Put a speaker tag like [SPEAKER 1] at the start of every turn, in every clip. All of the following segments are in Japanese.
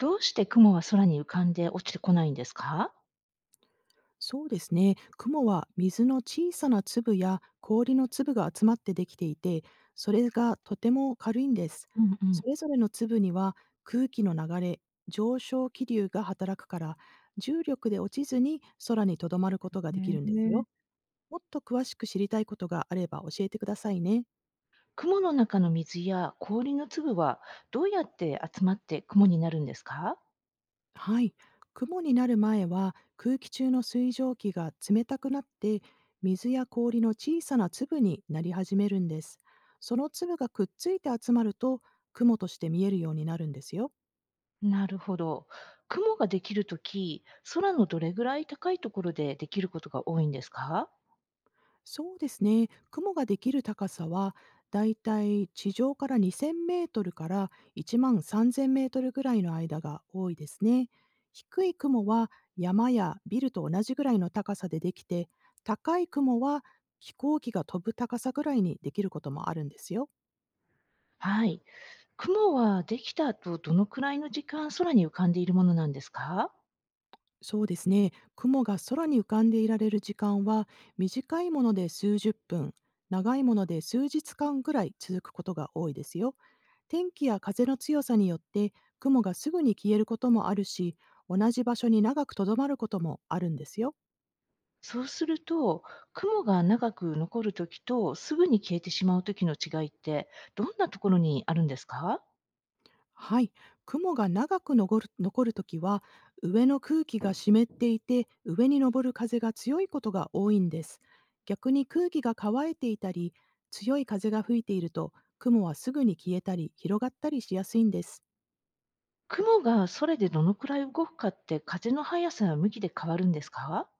[SPEAKER 1] どうして雲は空に浮かんで落ちてこないんですか？
[SPEAKER 2] そうですね。雲は水の小さな粒や氷の粒が集まってできていて、それがとても軽いんです。
[SPEAKER 1] うんう
[SPEAKER 2] そ
[SPEAKER 1] ん。
[SPEAKER 2] れぞれの粒には空気の流れ、上昇気流が働くから、重力で落ちずに空にとどまることができ
[SPEAKER 1] ね
[SPEAKER 2] るんです
[SPEAKER 1] え。
[SPEAKER 2] よ。もっと詳しく知りたいことがあれば教えてくださいね。
[SPEAKER 1] 雲の中の水や氷の粒はどうやって集まって雲になるんですか？
[SPEAKER 2] はい、雲になる前は空気中の水蒸気が冷たくなって水や氷の小さな粒になり始めるんです。その粒がくっついて集まると雲として見えるようになるんですよ。
[SPEAKER 1] なるほど。雲ができるとき、空のどれぐらい高いところでできることが多いんですか？
[SPEAKER 2] そうですね。雲ができる高さは、だいたい地上から2000メートルから1万3000メートルぐらいの間が多いですね。低い雲は山やビルと同じぐらいの高さでできて、高い雲は飛行機が飛ぶ高さぐらいにできることもあるんですよ。
[SPEAKER 1] はい。雲はできた後、どのくらいの時間空に浮かんでいるものなんですか？
[SPEAKER 2] そうですね。雲が空に浮かんでいられる時間は、短いもので数十分、長いもので数日間ぐらい続くことが多いですよ。天気や風の強さによって雲がすぐに消えることもあるし、同じ場所に長くとどまることもあるんですよ。
[SPEAKER 1] そうすると、雲が長く残るときとすぐに消えてしまうときの違いって、どんなところにあるんですか？
[SPEAKER 2] はい、雲が長く残るときは、上の空気が湿っていて、上に昇る風が強いことが多いんです。逆に空気が乾いていたり、強い風が吹いていると、雲はすぐに消えたり広がったりしやすいんです。
[SPEAKER 1] 雲が空でどのくらい動くかって、風の速さや向きで変わるんですか？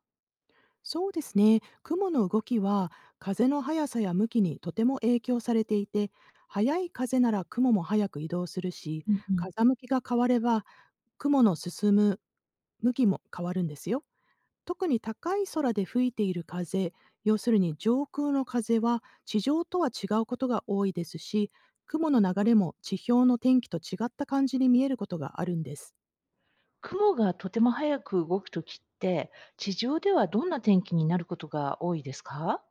[SPEAKER 2] そうですね。雲の動きは風の速さや向きにとても影響されていて、速い風なら雲も速く移動するし、
[SPEAKER 1] うんうん。
[SPEAKER 2] 風向きが変われば雲の進む向きも変わるんですよ。特に高い空で吹いている風、要するに上空の風は地上とは違うことが多いですし、雲の流れも地表の天気と違った感じに見えることがあるんです。
[SPEAKER 1] 雲がとても速く動くときって、地上ではどんな天気になることが多いですか？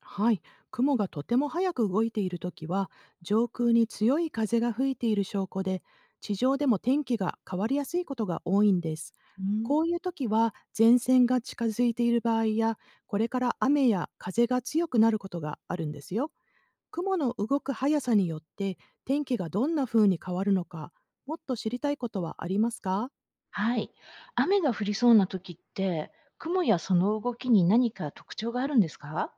[SPEAKER 2] はい、雲がとても早く動いているときは、上空に強い風が吹いている証拠で、地上でも天気が変わりやすいことが多いんです。
[SPEAKER 1] うん。
[SPEAKER 2] こういうときは、前線が近づいている場合や、これから雨や風が強くなることがあるんですよ。雲の動く速さによって、天気がどんな風に変わるのか、もっと知りたいことはありますか？
[SPEAKER 1] はい。雨が降りそうなときって、雲やその動きに何か特徴があるんですか？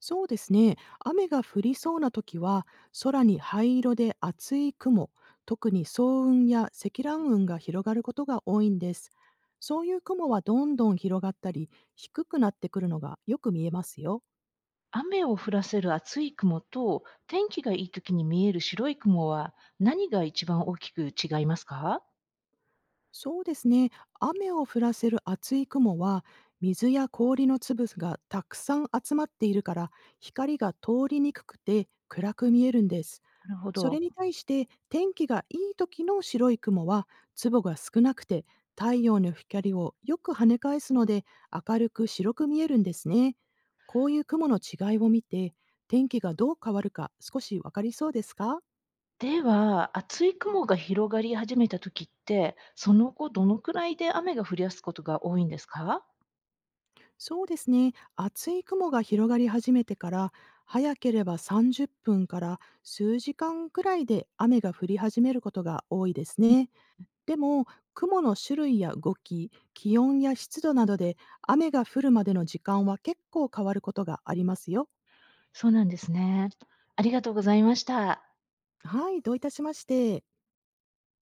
[SPEAKER 2] そうですね。雨が降りそうな時は、空に灰色で厚い雲、特に層雲や積乱雲が広がることが多いんです。そういう雲はどんどん広がったり、低くなってくるのがよく見えますよ。
[SPEAKER 1] 雨を降らせる厚い雲と、天気がいいときに見える白い雲は、何が一番大きく違いますか？
[SPEAKER 2] そうですね。雨を降らせる厚い雲は、水や氷の粒がたくさん集まっているから、光が通りにくくて暗く見えるんです。
[SPEAKER 1] なるほ
[SPEAKER 2] それ
[SPEAKER 1] ど。
[SPEAKER 2] に対して天気がいい時の白い雲は粒が少なくて太陽の光をよく跳ね返すので明るく白く見えるんですね。こういう雲の違いを見て天気がどう変わるか少しわかりそうですか？
[SPEAKER 1] では、厚い雲が広がり始めた時って、その後どのくらいで雨が降りやすいことが多いんですか？
[SPEAKER 2] そうですね。厚い雲が広がり始めてから早ければ30分から数時間くらいで雨が降り始めることが多いですね。でも、雲の種類や動き、気温や湿度などで雨が降るまでの時間は結構変わることがありますよ。
[SPEAKER 1] そうなんですね。ありがとうございました。
[SPEAKER 2] はい、どういたしまして。